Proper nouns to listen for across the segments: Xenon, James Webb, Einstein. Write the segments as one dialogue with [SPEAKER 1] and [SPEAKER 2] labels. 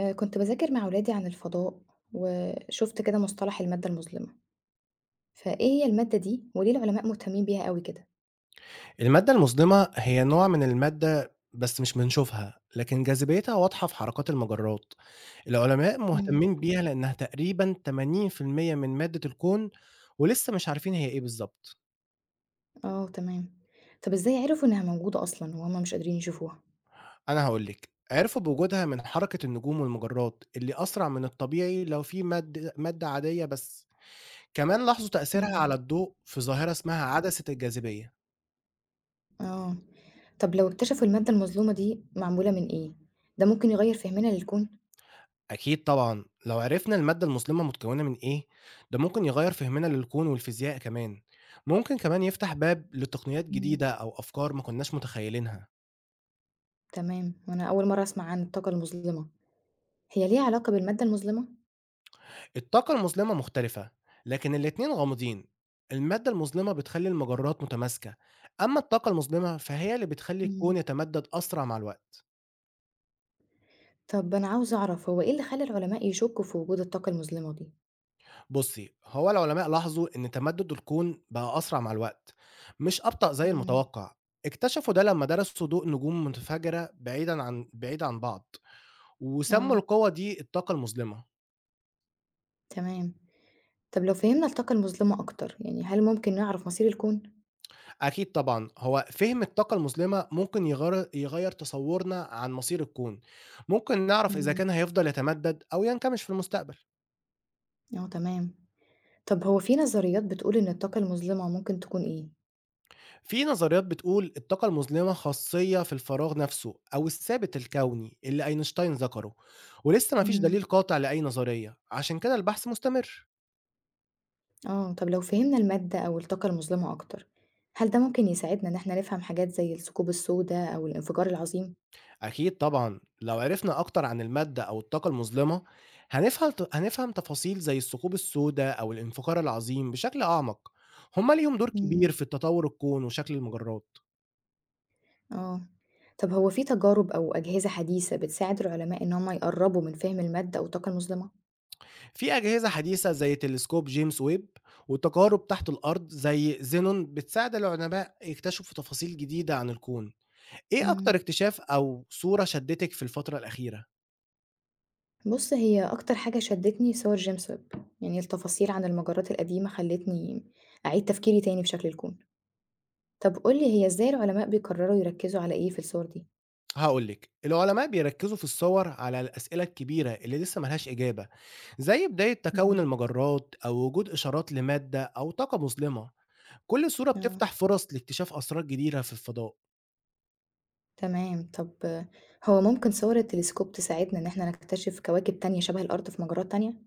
[SPEAKER 1] كنت باذاكر مع ولادي عن الفضاء، وشُفت كده مصطلح المادة المظلمة، فإيه هي المادة دي، وليه العلماء مهتمين بيها أوي كده؟
[SPEAKER 2] المادة المظلمة هي نوع من المادة بس مش بنشوفها، لكن جاذبيتها واضحة في حركات المجرات. العلماء
[SPEAKER 1] إمم.
[SPEAKER 2] مهتمين بيها لأنها تقريبًا 80% من مادة الكون ولسه مش عارفين هي إيه بالضبط.
[SPEAKER 1] آه تمام. طب إزاي عرفوا إنها موجودة أصلًا وهُم مش قادرين يشوفوها؟
[SPEAKER 2] أنا هاقول لِك، عرفوا بوجودها من حركة النجوم والمجرات اللي أسرع من الطبيعي لو في مادة عادية بس. كمان لاحظوا تأثيرها
[SPEAKER 1] إمم.
[SPEAKER 2] على الضوء في ظاهرة اسمها عدسة الجاذبية.
[SPEAKER 1] آه. طب لو اكتشفوا المادة المظلمة دي معمولة من إيه، ده ممكن يغيّر فهمنا للكون؟
[SPEAKER 2] أكيد طبعًا، لو عرفنا المادة المظلمة متكونة من إيه، ده ممكن يغيّر فهمنا للكون والفيزياء كمان، ممكن كمان يفتح باب لتقنيات
[SPEAKER 1] إمم.
[SPEAKER 2] جديدة أو أفكار ما كناش متخيلينها.
[SPEAKER 1] تمام، وأنا أول مرة أسمع عن الطاقة المظلمة، هي ليها علاقة بالمادة المظلمة؟
[SPEAKER 2] الطاقة المظلمة مختلفة، لكن الاتنين غامضين، المادة المظلمة بتخلّي المجرات متماسكة، أما الطاقة المظلمة فهي اللي بتخلّي الكون
[SPEAKER 1] إمم.
[SPEAKER 2] يتمدد أسرع مع الوقت.
[SPEAKER 1] طب أنا عاوزة أعرف هو إيه اللي خلّى العلماء يشكوا في وجود الطاقة المظلمة دي؟
[SPEAKER 2] بُصّي، هو العلماء لاحظوا إن تمدد الكون بقى أسرع مع الوقت، مش أبطأ زي
[SPEAKER 1] إمم.
[SPEAKER 2] المتوقع. اكتشفوا ده لمّا درسوا ضوء نجوم متفجرة بعيد عن بعض، وسموا
[SPEAKER 1] آه،
[SPEAKER 2] القوة دي الطاقة المظلمة.
[SPEAKER 1] تمام. طب لو فهمنا الطاقة المظلمة أكتر، يعني هل ممكن نعرف مصير الكون؟
[SPEAKER 2] أكيد طبعًا، هو فهم الطاقة المظلمة ممكن يغيّر تصورنا عن مصير الكون، ممكن نعرف إذا
[SPEAKER 1] إمم،
[SPEAKER 2] كان هيفضل يتمدد أو ينكمش في المستقبل.
[SPEAKER 1] آه تمام. طب هو في نظريات بتقول إن الطاقة المظلمة ممكن تكون إيه؟
[SPEAKER 2] في نظريات بتقول الطاقة المظلمة خاصية في الفراغ نفسه أو الثابت الكوني اللي أينشتاين ذكره، ولسه مفيش
[SPEAKER 1] إمم،
[SPEAKER 2] دليل قاطع لأي نظرية، عشان كده البحث مستمر.
[SPEAKER 1] آه. طب لو فهمنا المادة أو الطاقة المظلمة أكتر، هل ده ممكن يساعدنا إن إحنا نفهم حاجات زي الثقوب السودا أو الانفجار العظيم؟
[SPEAKER 2] أكيد طبعا، لو عرفنا أكتر عن المادة أو الطاقة المظلمة، هنفهم تفاصيل زي الثقوب السوداء أو الانفجار العظيم بشكل أعمق. هما ليهم دور
[SPEAKER 1] إمم،
[SPEAKER 2] كبير في تطور الكون وشكل المجرات.
[SPEAKER 1] آه. طب هو في تجارب أو أجهزة حديثة بتساعد العلماء إن هم يقربوا من فهم المادة أو الطاقة المظلمة؟
[SPEAKER 2] في أجهزة حديثة زي تلسكوب جيمس ويب، وتجارب تحت الأرض زي زينون، بتساعد العلماء يكتشفوا تفاصيل جديدة عن الكون. إيه أكتر
[SPEAKER 1] إمم.
[SPEAKER 2] اكتشاف أو صورة شدتك في الفترة الأخيرة؟
[SPEAKER 1] بُص، هي أكتر حاجة شدّتني صور جيمس ويب، يعني التفاصيل عن المجرات القديمة خلّتني أعيد تفكيري تاني في شكل الكون. طب قُل لي هي إزاي العلماء بيقرروا يركّزوا على إيه في الصور دي؟
[SPEAKER 2] هقولك، العلماء بيركزوا في الصور على الأسئلة الكبيرة اللي لسه ملهاش إجابة، زي بداية تكون
[SPEAKER 1] إمم،
[SPEAKER 2] المجرات أو وجود إشارات لمادة أو طاقة مظلمة. كل صورة
[SPEAKER 1] آه،
[SPEAKER 2] بتفتح فرص لاكتشاف أسرار جديدة في الفضاء.
[SPEAKER 1] تمام. طب آه، هو ممكن صور التلسكوب تساعدنا إن إحنا نكتشف كواكب تانية شبه الأرض في مجرات تانية؟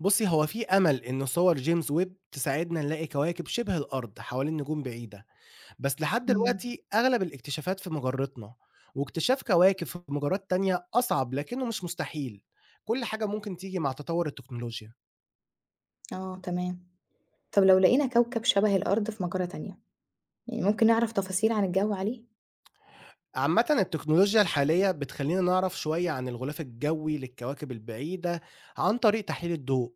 [SPEAKER 2] بصي، هو في أمل إن صور جيمس ويب تساعدنا نلاقي كواكب شبه الأرض حوالين نجوم بعيدة، بس لحد
[SPEAKER 1] إمم،
[SPEAKER 2] دلوقتي أغلب الاكتشافات في مجرتنا، واكتشاف كواكب في مجرات تانية أصعب لكنه مش مستحيل، كل حاجة ممكن تيجي مع تطور التكنولوجيا.
[SPEAKER 1] آه، تمام. طب لو لقينا كوكب شبه الأرض في مجرة تانية، يعني ممكن نعرف تفاصيل عن الجو عليه؟
[SPEAKER 2] عامةً التكنولوجيا الحالية بتخلّينا نعرف شوية عن الغلاف الجوي للكواكب البعيدة عن طريق تحليل الضوء،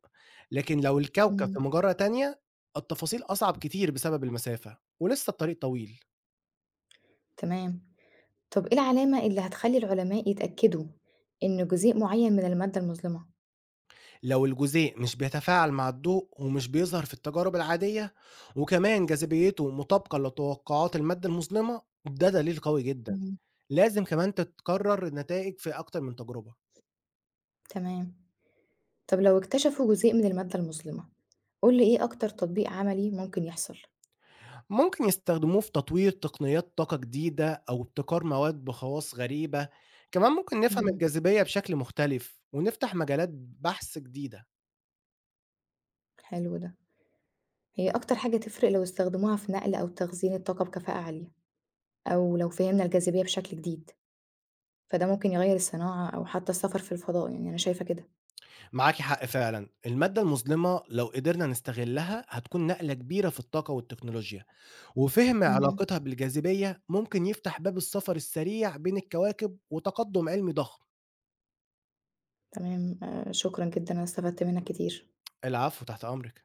[SPEAKER 2] لكن لو الكوكب
[SPEAKER 1] إمم،
[SPEAKER 2] في مجرة تانية، التفاصيل أصعب كتير بسبب المسافة، ولسه الطريق طويل.
[SPEAKER 1] تمام. طب إيه العلامة اللي هتخلّي العلماء يتأكدوا إن جزيء معيّن من المادة المظلمة؟
[SPEAKER 2] لو الجزيء مش بيتفاعل مع الضوء ومش بيظهر في التجارب العادية، وكمان جاذبيته مطابقة لتوقعات المادة المظلمة، ده دليل قوي جدا.
[SPEAKER 1] إمم.
[SPEAKER 2] لازم كمان تتكرر النتائج في أكتر من تجربة.
[SPEAKER 1] تمام. طب لو اكتشفوا جزيء من المادة المظلمة، قُل لي إيه أكتر تطبيق عملي ممكن يحصل؟
[SPEAKER 2] ممكن يستخدموه في تطوير تقنيات طاقة جديدة أو ابتكار مواد بخواص غريبة، كمان ممكن نفهم
[SPEAKER 1] إمم.
[SPEAKER 2] الجاذبية بشكل مختلف ونفتح مجالات بحث جديدة.
[SPEAKER 1] حلو ده. هي أكتر حاجة تفرق لو استخدموها في نقل أو تخزين الطاقة بكفاءة عالية، أو لو فهمنا الجاذبية بشكل جديد، فده ممكن يغيّر الصناعة أو حتى السفر في الفضاء، يعني أنا شايفة كده.
[SPEAKER 2] معاكِ حق فعلًا، المادة المظلمة لو قدرنا نستغلها هتكون نقلة كبيرة في الطاقة والتكنولوجيا، وفهم
[SPEAKER 1] إمم.
[SPEAKER 2] علاقتها بالجاذبية ممكن يفتح باب السفر السريع بين الكواكب وتقدم علمي ضخم.
[SPEAKER 1] تمام، شكرًا جدًا، أنا استفدت منّك كتير.
[SPEAKER 2] العفو، تحت أمرِك.